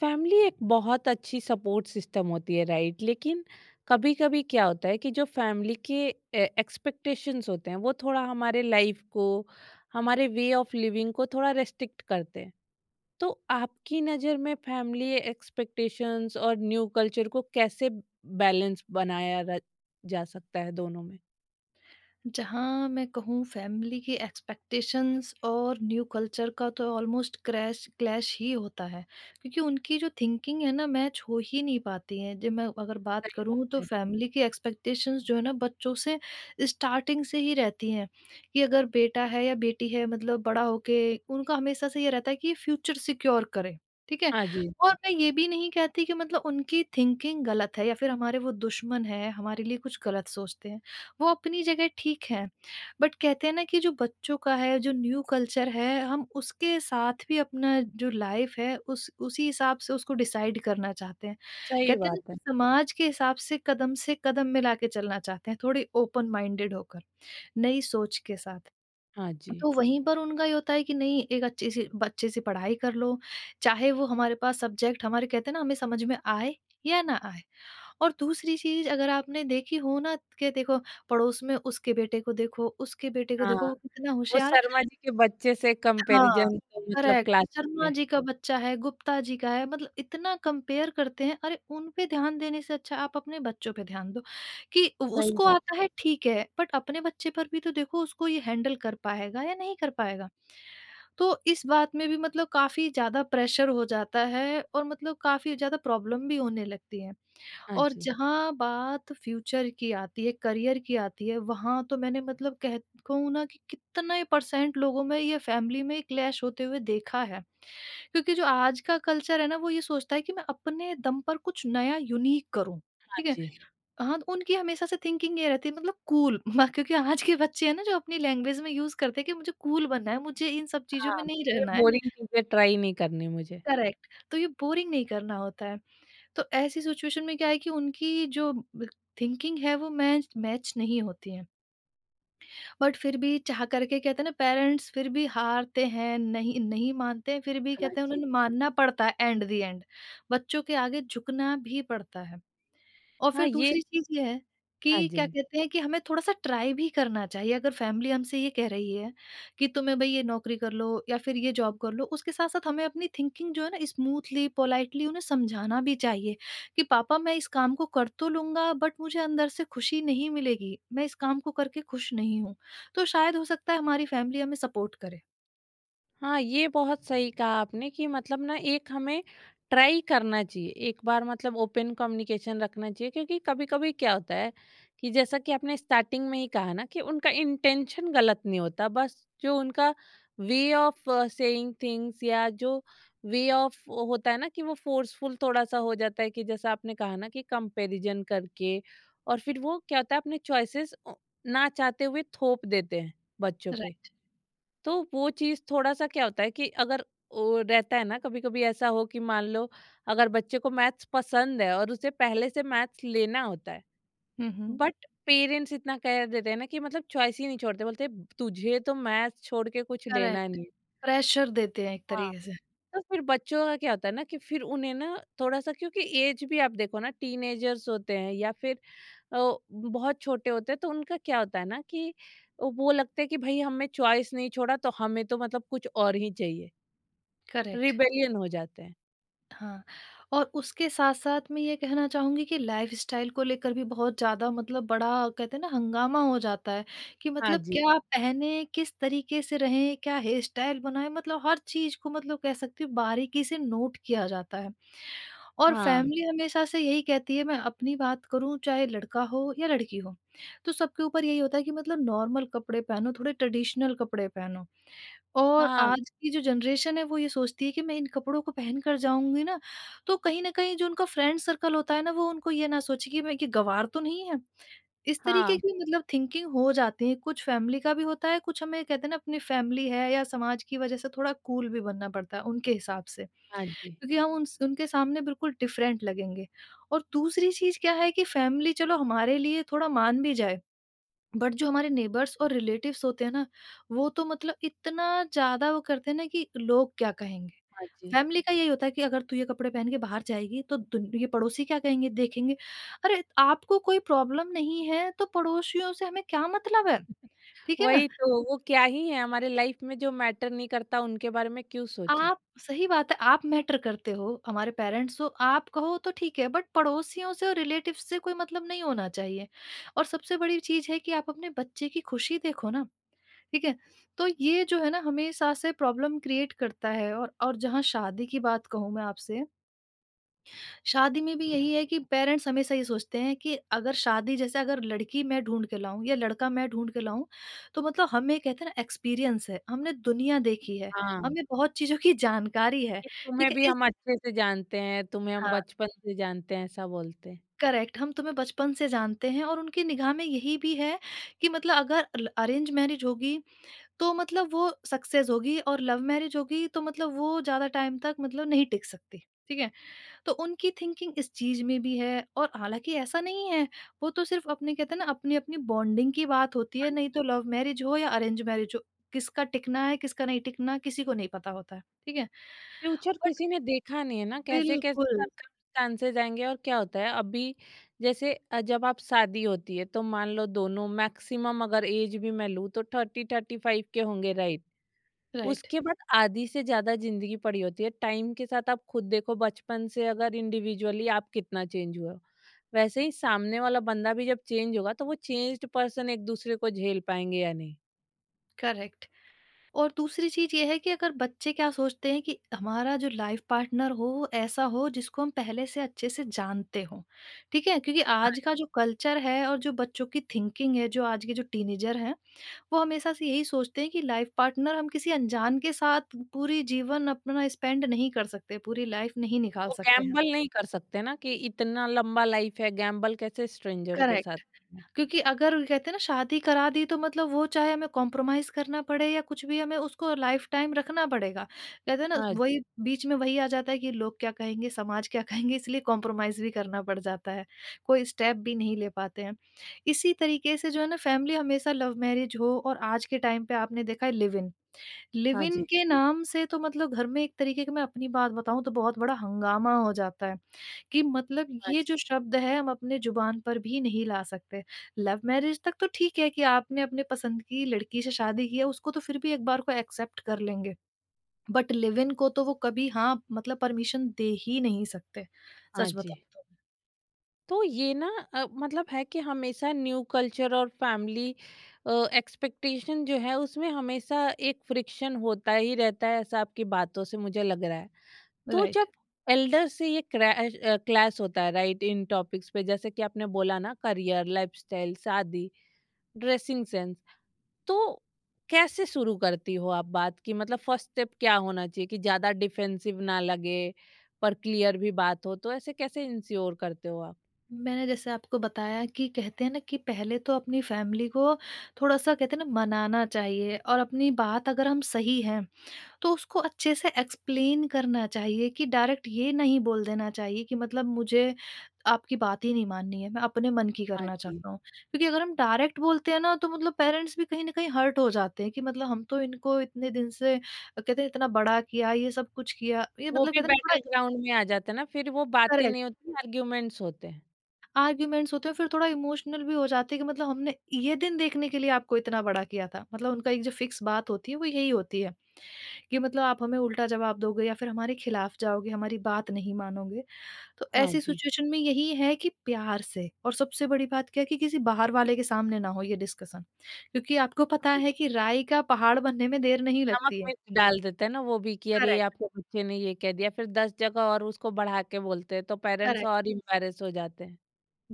Family एक बहुत अच्छी सपोर्ट सिस्टम होती है, राइट? लेकिन कभी कभी क्या होता है कि जो फैमिली के एक्सपेक्टेशंस होते हैं वो थोड़ा हमारे लाइफ को, हमारे वे ऑफ लिविंग को थोड़ा रेस्ट्रिक्ट करते हैं। तो आपकी नज़र में फैमिली एक्सपेक्टेशंस और न्यू कल्चर को कैसे बैलेंस बनाया जा सकता है दोनों में? जहाँ मैं कहूँ फैमिली की एक्सपेक्टेशंस और न्यू कल्चर का तो ऑलमोस्ट क्रैश क्लैश ही होता है। क्योंकि उनकी जो थिंकिंग है ना मैच हो ही नहीं पाती है। जब मैं अगर बात सही करूँ बात तो है। फैमिली की एक्सपेक्टेशंस जो है ना बच्चों से स्टार्टिंग से ही रहती हैं कि अगर बेटा है या बेटी है मतलब बड़ा होके उनका हमेशा से ये रहता है कि फ्यूचर सिक्योर करें। ठीक है। हाँ जी। और मैं ये भी नहीं कहती कि मतलब उनकी थिंकिंग गलत है या फिर हमारे वो दुश्मन है, हमारे लिए कुछ गलत सोचते हैं। वो अपनी जगह ठीक है। बट कहते हैं ना कि जो बच्चों का है, जो न्यू कल्चर है, हम उसके साथ भी अपना जो लाइफ़ है उस उसी हिसाब से उसको डिसाइड करना चाहते हैं। सही कहते हैं ना बात है। कि समाज के हिसाब से कदम मिला के चलना चाहते हैं, थोड़े ओपन माइंडेड होकर, नई सोच के साथ। हाँ जी। तो वहीं पर उनका ये होता है कि नहीं, एक अच्छी सी पढ़ाई कर लो, चाहे वो हमारे पास सब्जेक्ट हमारे कहते हैं ना हमें समझ में आए या ना आए। और दूसरी चीज़ अगर आपने देखी हो ना कि देखो पड़ोस में उसके बेटे को देखो, उसके बेटे को हाँ, देखो वो कितना वो होशियार है। शर्मा जी के बच्चे से हाँ, कंपैरिजन तो मतलब करेक्ट। क्लासिक शर्मा है। जी का बच्चा है, गुप्ता जी का है, मतलब इतना कंपेयर करते हैं। अरे, उन पे ध्यान देने से अच्छा आप अपने बच्चों पे ध्यान दो कि सही उसको बात। आता है ठीक है, बट अपने बच्चे पर भी तो देखो उसको ये हैंडल कर पाएगा या नहीं कर पाएगा। तो इस बात में भी मतलब काफ़ी ज़्यादा प्रेशर हो जाता है और मतलब काफ़ी ज़्यादा प्रॉब्लम भी होने लगती है। हाँ और जी, जहाँ बात फ्यूचर की आती है, करियर की आती है, वहाँ तो मैंने मतलब कह कहूँ ना कि कितने परसेंट लोगों में ये फैमिली में क्लैश होते हुए देखा है। क्योंकि जो आज का कल्चर है ना, वो ये सोचता है कि मैं अपने दम पर कुछ नया यूनिक करूँ, हाँ ठीक है? जी। हाँ, उनकी हमेशा से थिंकिंग ये रहती है मतलब कूल म क्योंकि आज के बच्चे हैं ना, जो अपनी लैंग्वेज में यूज़ करते हैं कि मुझे कूल बनना है, मुझे इन सब चीज़ों हाँ, में नहीं ये रहना है। बोरिंग चीज़ें ट्राई नहीं करनी मुझे। करेक्ट, तो ये बोरिंग नहीं करना होता है। तो ऐसी सिचुएशन में क्या है कि उनकी जो थिंकिंग है वो मैच मैच नहीं होती है। बट फिर भी चाह करके कहते हैं ना पेरेंट्स फिर भी हारते हैं, नहीं नहीं मानते हैं, फिर भी हाँ कहते हैं जी। उन्हें मानना पड़ता है एट द एंड। बच्चों के आगे झुकना भी पड़ता है। और हाँ, फिर ये दूसरी चीज़ ये है हाँ कि क्या जी। कहते हैं कि हमें थोड़ा-सा ट्राई भी करना चाहिए। अगर फैमिली हमसे ये कह रही है कि तुम्हें भई ये नौकरी कर लो या फिर ये जॉब कर लो, उसके साथ-साथ हमें अपनी थिंकिंग जो है ना स्मूथली, पोलाइटली उन्हें समझाना भी चाहिए कि पापा मैं इस काम को कर तो लूँगा बट मुझे अंदर से खुशी नहीं मिलेगी, मैं इस काम को करके खुश नहीं हूँ। तो शायद हो सकता है हमारी फैमिली हमें सपोर्ट करे। हाँ, ये बहुत सही कहा आपने कि मतलब ना, एक हमें ट्राई करना चाहिए। एक बार मतलब ओपन कम्युनिकेशन रखना चाहिए, क्योंकि कभी-कभी क्या होता है कि जैसा कि आपने स्टार्टिंग में ही कहा ना कि उनका इंटेंशन गलत नहीं होता। बस जो उनका वे ऑफ सेइंग थिंग्स या जो वे ऑफ होता है ना, कि वो फ़ोर्सफुल थोड़ा-सा हो जाता है, कि जैसा आपने कहा ना, कि कंपैरिज़न करके और फिर वो क्या होता है, अपने चॉइसेस ना चाहते हुए थोप देते हैं बच्चों पे। राइट। तो वो चीज़ थोड़ा-सा क्या होता है कि अगर ओ रहता है ना कभी-कभी ऐसा हो कि मान लो अगर बच्चे को मैथ्स पसंद है और उसे पहले से मैथ्स लेना होता है, हुँ, हुँ। बट पेरेंट्स इतना कह देते हैं ना कि मतलब चॉइस ही नहीं छोड़ते, बोलते हैं तुझे तो मैथ्स छोड़ के कुछ लेना करेक्ट। नहीं है। प्रेशर देते हैं एक हाँ। तरीके से। तो फिर बच्चों का क्या होता है ना कि फिर उन्हें ना थोड़ा-सा, क्योंकि एज भी आप देखो ना, टीनेजर्स होते हैं या फिर बहुत छोटे होते हैं, तो उनका क्या होता है ना कि वो लगता है कि भाई हमने चॉइस नहीं छोड़ा तो हमें तो मतलब कुछ और ही चाहिए। करेक्ट। रिबेलियन हो जाते हैं। हाँ, और उसके साथ-साथ मैं ये कहना चाहूँगी कि लाइफ़स्टाइल को लेकर भी बहुत ज़्यादा मतलब बड़ा कहते हैं ना हंगामा हो जाता है, कि हाँ मतलब जी, क्या पहने, किस तरीके से रहें, क्या हेयर स्टाइल बनाएँ, मतलब हर चीज़ को मतलब कह सकती हूँ बारीकी से नोट किया जाता है। और हाँ, फैमिली हमेशा से यही कहती है, मैं अपनी बात करूँ चाहे लड़का हो या लड़की हो, तो सबके ऊपर यही होता है कि मतलब नॉर्मल कपड़े पहनो, थोड़े ट्रेडिशनल कपड़े पहनो। और हाँ, आज की जो जनरेशन है वो ये सोचती है कि मैं इन कपड़ों को पहन कर जाऊँगी ना, तो कहीं न कहीं जो उनका फ्रेंड सर्कल होता है ना, वो उनको ये ना सोचे कि मैं ये गँवार तो नहीं है। इस तरीके हाँ, की मतलब थिंकिंग हो जाती है, कुछ फैमिली का भी होता है, कुछ हमें कहते हैं ना अपनी फैमिली है या समाज की वजह से थोड़ा कूल भी बनना पड़ता है उनके हिसाब से, हाँ जी, क्योंकि हम उन उनके सामने बिल्कुल डिफरेंट लगेंगे। और दूसरी चीज़ क्या है कि फैमिली चलो हमारे लिए थोड़ा मान भी जाए। बट जो हमारे नेबर्स और रिलेटिव्स होते हैं ना, वो तो मतलब इतना ज़्यादा वो करते हैं ना कि लोग क्या कहेंगे? हाँ जी। फैमिली का यही होता है कि अगर तू ये कपड़े पहन के बाहर जाएगी तो दुन ये पड़ोसी क्या कहेंगे, देखेंगे। अरे! आपको कोई प्रॉब्लम नहीं है तो पड़ोसियों से हमें क्या मतलब है? ठीक है ना? वही तो, वो क्या ही है हमारे लाइफ में, जो मैटर नहीं करता उनके बारे में क्यों सोचे? आप सही बात है, आप मैटर करते हो, हमारे पेरेंट्स हो, आप कहो तो ठीक है, बट पड़ोसियों से और रिलेटिव्स से कोई मतलब नहीं होना चाहिए। और सबसे बड़ी चीज़ है कि आप अपने बच्चे की खुशी देखो ना। ठीक है? तो ये जो है ना हमेशा से प्रॉब्लम क्रिएट करता है। और जहाँ शादी की बात कहूँ मैं आपसे, शादी में भी यही है कि पेरेंट्स हमेशा ये सोचते हैं कि अगर शादी, जैसे अगर लड़की मैं ढूँढ के लाऊँ या लड़का मैं ढूँढ के लाऊँ, तो मतलब हमें कहते हैं ना एक्सपीरियंस है, हमने दुनिया देखी है, हाँ, हमें बहुत चीज़ों की जानकारी है, कि तुम्हें ठीक है? भी इस हम अच्छे से जानते हैं, तुम्हें हम हाँ, बचपन से जानते हैं, ऐसा बोलते हैं। करेक्ट, हम तुम्हें बचपन से जानते हैं। और उनकी निगाह में यही भी है कि मतलब अगर ल अरेंज मैरिज होगी तो मतलब वो सक्सेस होगी, और लव मैरिज होगी तो मतलब वो ज़्यादा टाइम तक मतलब नहीं टिक सकती, ठीक है? तो उनकी थिंकिंग इस चीज़ में भी है, और हालाँकि ऐसा नहीं है, वो तो सिर्फ़ अपने कहते हैं ना अपनी-अपनी बॉन्डिंग की बात होती हाँ है, नहीं जी। तो लव मैरिज हो या अरेंज मैरिज हो, किसका टिकना है, किसका नहीं टिकना किसी को नहीं पता होता है, ठीक है? फ्यूचर बट किसी ने देखा नहीं है ना, कैसे-कैसे बिल्कुल, सरकमस्टांसेस आएँगे और क्या होता है अभी। जैसे जब आप शादी होती है तो मान लो दोनों मैक्सिमम अगर ऐज भी मैं लूँ तो 30-35 के होंगे, राइट? राइट, उसके बाद आधी से ज्यादा जिंदगी पड़ी होती है। टाइम के साथ आप खुद देखो बचपन से, अगर इंडिविजुअली आप कितना चेंज हुए हो, वैसे ही सामने वाला बंदा भी जब चेंज होगा, तो वो चेंज्ड पर्सन एक दूसरे को झेल पाएंगे या नहीं। करेक्ट। और दूसरी चीज़ ये है कि अगर बच्चे क्या सोचते हैं कि हमारा जो लाइफ पार्टनर हो वो ऐसा हो जिसको हम पहले से अच्छे से जानते हों, ठीक है? क्योंकि आज का जो कल्चर है और जो बच्चों की थिंकिंग है, जो आज के जो टीनेजर हैं, वो हमेशा से यही सोचते हैं कि लाइफ पार्टनर हम किसी अनजान के साथ पूरी जीवन अपना स्पेंड नहीं कर सकते, पूरी लाइफ नहीं निकाल वो सकते हैं। गैम्बल नहीं कर सकते ना कि इतना लंबा लाइफ है, गैम्बल कैसे स्ट्रेंजर के साथ करेक्ट। में। क्योंकि अगर वो कहते हैं ना शादी करा दी, तो मतलब वो चाहे हमें कॉम्प्रोमाइज करना पड़े या कुछ भी, हमें उसको लाइफ टाइम रखना पड़ेगा। कहते हैं ना हाँ जी। वही बीच में वही आ जाता है कि लोग क्या कहेंगे, समाज क्या कहेंगे, इसलिए कॉम्प्रोमाइज भी करना पड़ जाता है। कोई स्टेप भी नहीं ले पाते हैं। इसी तरीके से जो है ना फैमिली हमेशा लव मैरिज हो, और आज के टाइम पे आपने देखा है, लिव इन। लिव हाँ इन जी। के नाम से तो मतलब घर में एक तरीके के मैं अपनी बात बताऊँ तो बहुत बड़ा हंगामा हो जाता है। कि मतलब हाँ ये जी। जो शब्द है हम अपने जुबान पर भी नहीं ला सकते। लव मैरिज तक तो ठीक है कि आपने अपने पसंद की लड़की से शादी की है, उसको तो फिर भी एक बार को एक्सेप्ट कर लेंगे। बट लिव इन को तो वो कभी, हाँ, मतलब परमिशन दे ही नहीं सकते, हाँ सच जी। बताऊँ तो। तो ये ना, मतलब है कि हमेशा न्यू कल्चर और फैमिली एक्सपेक्टेशन जो है उसमें हमेशा एक फ्रिक्शन होता ही रहता है, ऐसा आपकी बातों से मुझे लग रहा है। तो राइट। जब एल्डर से ये क्रैश क्लैश होता है, राइट, इन टॉपिक्स पे, जैसे कि आपने बोला ना, करियर, लाइफस्टाइल, शादी, ड्रेसिंग सेंस, तो कैसे शुरू करती हो आप बात की? मतलब फर्स्ट स्टेप क्या होना चाहिए कि ज़्यादा डिफेंसिव ना लगे पर क्लियर भी बात हो? तो ऐसे कैसे इंश्योर करते हो आप? मैंने जैसे आपको बताया कि कहते हैं ना कि पहले तो अपनी फैमिली को थोड़ा-सा कहते हैं ना मनाना चाहिए और अपनी बात अगर हम सही हैं तो उसको अच्छे से एक्सप्लेन करना चाहिए, कि डायरेक्ट ये नहीं बोल देना चाहिए कि मतलब मुझे आपकी बात ही नहीं माननी है, मैं अपने मन की हाँ करना जी, चाहता हूँ। क्योंकि अगर हम डायरेक्ट बोलते हैं ना तो मतलब पेरेंट्स भी कहीं न कहीं हर्ट हो जाते हैं, कि मतलब हम तो इनको इतने दिन से कहते हैं इतना बड़ा किया, ये सब कुछ किया। ये वो मतलब भी कहते हैं ना थोड़ा बैटल ग्राउंड में आ जाता है ना, फिर वो बातें करेक्ट। नहीं होती, आर्ग्यूमेंट्स होते हैं। आर्ग्यूमेंट्स होते हैं, फिर थोड़ा इमोशनल भी हो जाते हैं कि मतलब हमने ये दिन देखने के लिए आपको इतना बड़ा किया था। मतलब उनका एक जो फिक्स बात होती है वो यही होती है। कि मतलब आप हमें उल्टा जवाब दोगे या फिर हमारे खिलाफ जाओगे, हमारी बात नहीं मानोगे। तो हाँ ऐसी जी। सिचुएशन में यही है कि प्यार से, और सबसे बड़ी बात क्या है कि किसी बाहर वाले के सामने ना हो ये डिस्कशन, क्योंकि आपको पता हाँ है जी। कि राई का पहाड़ बनने में देर नहीं नमक लगती है। मिर्च डाल देते हैं ना वो भी, कि अरे करेक्ट, आपके बच्चे ने ये कह दिया, फिर 10 जगह और उसको बढ़ा के बोलते हैं, तो पेरेंट्स करेक्ट। और एम्बैरेस हो जाते हैं।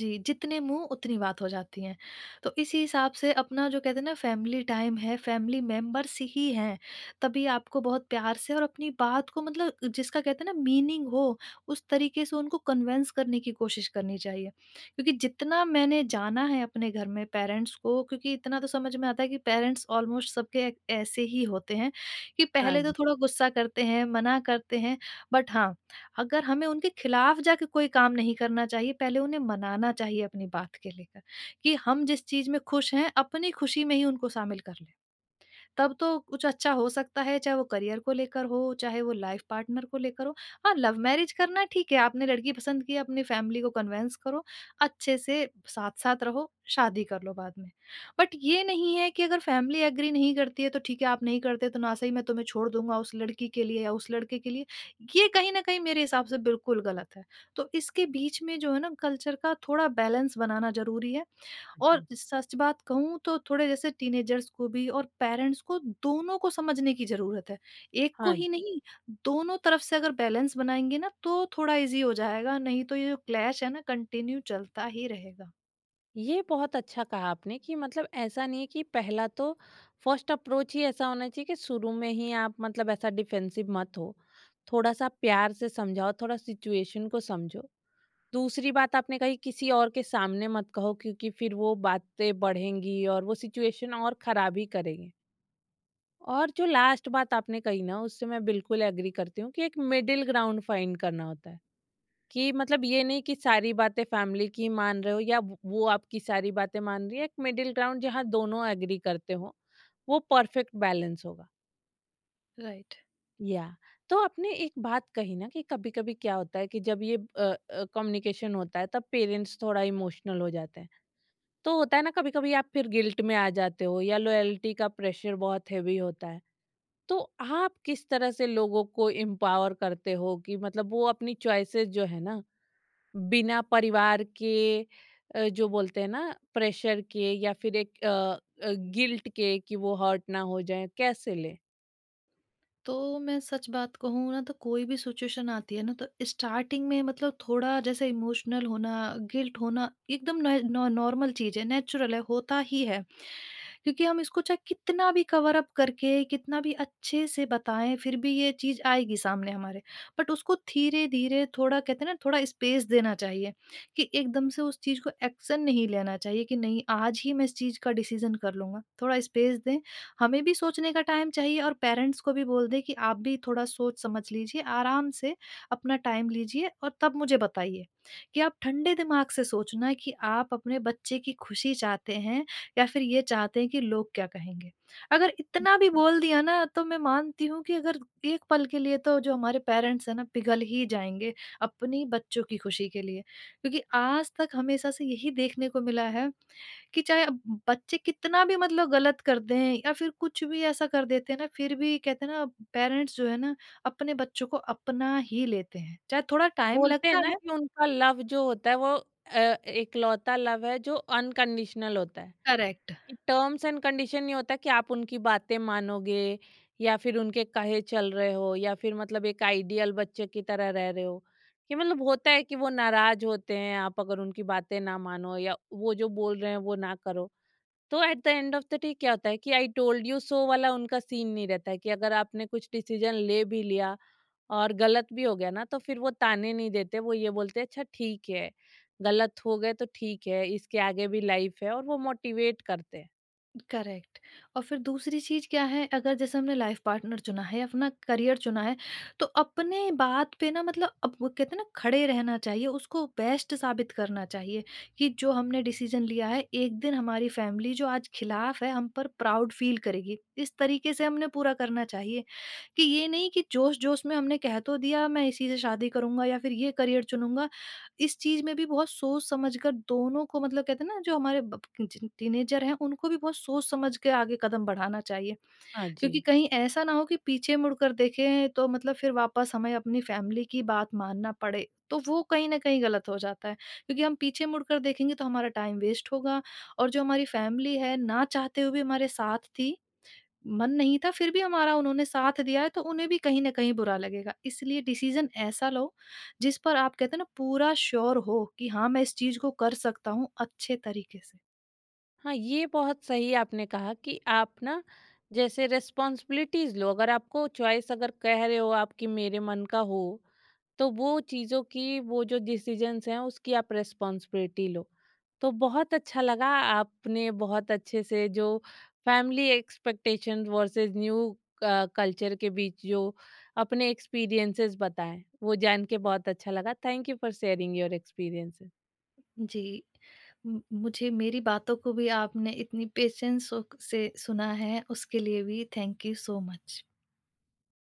जी, जितने मुँह उतनी बात हो जाती है। तो इसी हिसाब से अपना जो कहते हैं ना फैमिली टाइम है, फैमिली मेंबर्स ही हैं, तभी आपको बहुत प्यार से और अपनी बात को मतलब जिसका कहते हैं ना मीनिंग हो, उस तरीके से उनको कन्विंस करने की कोशिश करनी चाहिए। क्योंकि जितना मैंने जाना है अपने घर में पेरेंट्स को, क्योंकि इतना तो समझ में आता है कि पेरेंट्स ऑलमोस्ट सबके ऐसे ही होते हैं, कि हाँ पहले तो जी, थोड़ा गुस्सा करते हैं, मना करते हैं, बट हाँ अगर हमें उनके खिलाफ जाके कोई काम नहीं करना चाहिए, पहले उन्हें मनाना चाहिए अपनी बात के लेकर कि हम जिस चीज़ में खुश हैं, अपनी खुशी में ही उनको शामिल कर लें। तब तो कुछ अच्छा हो सकता है, चाहे वो करियर को लेकर हो, चाहे वो लाइफ पार्टनर को लेकर हो। हाँ, लव मैरिज करना ठीक है, आपने लड़की पसंद की, अपनी फैमिली को कन्विंस करो, अच्छे से साथ-साथ रहो, शादी कर लो बाद में। बट ये नहीं है कि अगर फैमिली एग्री नहीं करती है तो ठीक है, आप नहीं करते तो ना सही मैं तुम्हें छोड़ दूँगा उस लड़की के लिए या उस लड़के के लिए, ये कहीं न कहीं मेरे हिसाब से बिल्कुल गलत है। तो इसके बीच में जो है ना कल्चर का थोड़ा बैलेंस बनाना ज़रूरी है। हाँ और जी। सच बात कहूँ तो थोड़े जैसे टीनेजर्स को भी और पेरेंट्स को दोनों को समझने की ज़रूरत है। एक को हाँ जी। ही नहीं, दोनों तरफ से अगर बैलेंस बनाएँगे ना तो थोड़ा ईज़ी हो जाएगा, नहीं तो ये जो क्लैश है ना कंटिन्यू चलता ही रहेगा। ये बहुत अच्छा कहा आपने, कि मतलब ऐसा नहीं है कि पहला तो फर्स्ट अप्रोच ही ऐसा होना चाहिए कि शुरू में ही आप मतलब ऐसा डिफेंसिव मत हो। थोड़ा-सा प्यार से समझाओ, थोड़ा सिचुएशन को समझो। दूसरी बात आपने कही, किसी और के सामने मत कहो, क्योंकि फिर वो बातें बढ़ेंगी और वो सिचुएशन और खराब ही करेंगे। और जो लास्ट बात आपने कही ना, उससे मैं बिल्कुल एग्री करती हूँ कि एक मिडिल ग्राउंड फाइंड करना होता है। कि मतलब ये नहीं कि सारी बातें फैमिली की मान रहे हो या व वो आपकी सारी बातें मान रही है, एक मिडिल ग्राउंड जहाँ दोनों एग्री करते हो, वो परफेक्ट बैलेंस होगा। राइट। या तो आपने एक बात कही ना कि कभी-कभी क्या होता है कि जब ये कम्युनिकेशन होता है तब पेरेंट्स थोड़ा इमोशनल हो जाते हैं। तो होता है ना कभी कभी आप फिर गिल्ट में आ जाते हो या लॉयल्टी का प्रेशर बहुत हैवी होता है, तो आप किस तरह से लोगों को एम्पावर करते हो कि मतलब वो अपनी चॉइसेस जो है ना बिना परिवार के, जो बोलते हैं ना, प्रेशर के या फिर एक गिल्ट के कि वो हर्ट ना हो जाए, कैसे ले? तो मैं सच बात कहूँ ना तो कोई भी सिचुएशन आती है ना तो स्टार्टिंग में मतलब थोड़ा जैसे इमोशनल होना गिल्ट होना एकदम नॉर्मल चीज़ है नेचुरल है होता ही है। क्योंकि हम इसको चाहे कितना भी कवर अप करके कितना भी अच्छे से बताएं फिर भी ये चीज़ आएगी सामने हमारे। बट उसको धीरे धीरे थोड़ा कहते हैं ना थोड़ा स्पेस देना चाहिए कि एकदम से उस चीज़ को एक्शन नहीं लेना चाहिए कि नहीं आज ही मैं इस चीज़ का डिसीजन कर लूंगा, थोड़ा स्पेस दें। हमें भी सोचने का टाइम चाहिए और पेरेंट्स को भी बोल दें कि आप भी थोड़ा सोच समझ लीजिए, आराम से अपना टाइम लीजिए और तब मुझे बताइए कि आप ठंडे दिमाग से सोचना कि आप अपने बच्चे की खुशी चाहते हैं या फिर ये चाहते हैं कि लोग क्या कहेंगे। अगर इतना भी बोल दिया ना तो मैं मानती हूँ कि अगर एक पल के लिए तो जो हमारे पेरेंट्स हैं ना पिघल ही जाएँगे अपनी बच्चों की खुशी के लिए। क्योंकि आज तक हमेशा से यही देखने को मिला है कि चाहे अब बच्चे कितना भी मतलब गलत कर दें या फिर कुछ भी ऐसा कर देते हैं ना फिर भी कहते हैं ना पेरेंट्स जो है ना अपने बच्चों को अपना ही लेते हैं। चाहे थोड़ा टाइम बोलते हैं लगता ना है। कि उनका लव जो होता है वो एकलौता लव है जो अनकंडीशनल होता है। करेक्ट। टर्म्स एंड कंडीशन नहीं होता कि आप उनकी बातें मानोगे या फिर उनके कहे चल रहे हो या फिर मतलब एक आइडियल बच्चे की तरह रह रहे हो, कि मतलब होता है कि वो नाराज होते हैं आप अगर उनकी बातें ना मानो या वो जो बोल रहे हैं वो ना करो। तो at the end of the day क्या होता है कि आई टोल्ड यू सो वाला उनका सीन नहीं रहता है, कि अगर आपने कुछ डिसीजन ले भी लिया और गलत भी हो गया ना, तो फिर वो ताने नहीं देते, वो ये बोलते हैं अच्छा ठीक है, गलत हो गए तो ठीक है, इसके आगे भी लाइफ है, और वो मोटिवेट करते हैं। करेक्ट। और फिर दूसरी चीज क्या है, अगर जैसे हमने लाइफ पार्टनर चुना है, अपना करियर चुना है, तो अपने बात पे ना मतलब अब वो कहते हैं ना खड़े रहना चाहिए, उसको बेस्ट साबित करना चाहिए कि जो हमने डिसीजन लिया है एक दिन हमारी फैमिली जो आज खिलाफ है हम पर प्राउड फील करेगी, इस तरीके से हमने पूरा करना चाहिए। कि ये नहीं कि जोश जोश में हमने कह तो दिया मैं इसी से शादी करूंगा या फिर ये करियर चुनूंगा। इस चीज़ में भी बहुत सोच समझ कर दोनों को मतलब कहते हैं ना जो हमारे ब टीनेजर हैं उनको भी बहुत सोच समझ के आगे कदम बढ़ाना चाहिए। हाँ जी। क्योंकि कहीं ऐसा ना हो कि पीछे मुड़कर देखें तो मतलब फिर वापस हमें अपनी फैमिली की बात मानना पड़े, तो वो कहीं न कहीं गलत हो जाता है। क्योंकि हम पीछे मुड़कर देखेंगे तो हमारा टाइम वेस्ट होगा और जो हमारी फैमिली है ना चाहते हुए भी हमारे साथ थी, मन नहीं था, फिर भी हमारा उन्होंने साथ दिया है, तो उन्हें भी कहीं न कहीं बुरा लगेगा। इसलिए डिसीज़न ऐसा लो, जिस पर आप कहते हैं ना पूरा श्योर हो कि हाँ, मैं इस चीज़ को कर सकता हूँ अच्छे तरीके से। हाँ, ये बहुत सही आपने कहा कि आप ना जैसे रिस्पॉन्सिबिलिटीज़ लो। अगर आपको चॉइस, अगर कह रहे हो आप कि मेरे मन का हो, तो वो चीज़ों की, वो जो डिसीजंस हैं उसकी आप रिस्पॉन्सिबिलिटी लो। तो बहुत अच्छा लगा, आपने बहुत अच्छे से जो family expectation versus new culture के बीच जो अपने एक्सपीरियंसेस बताएँ, वो जान के बहुत अच्छा लगा। Thank you for sharing your experiences. जी। म मुझे मेरी बातों को भी आपने इतनी पेशेंस सो से सुना है, उसके लिए भी थैंक यू सो मच।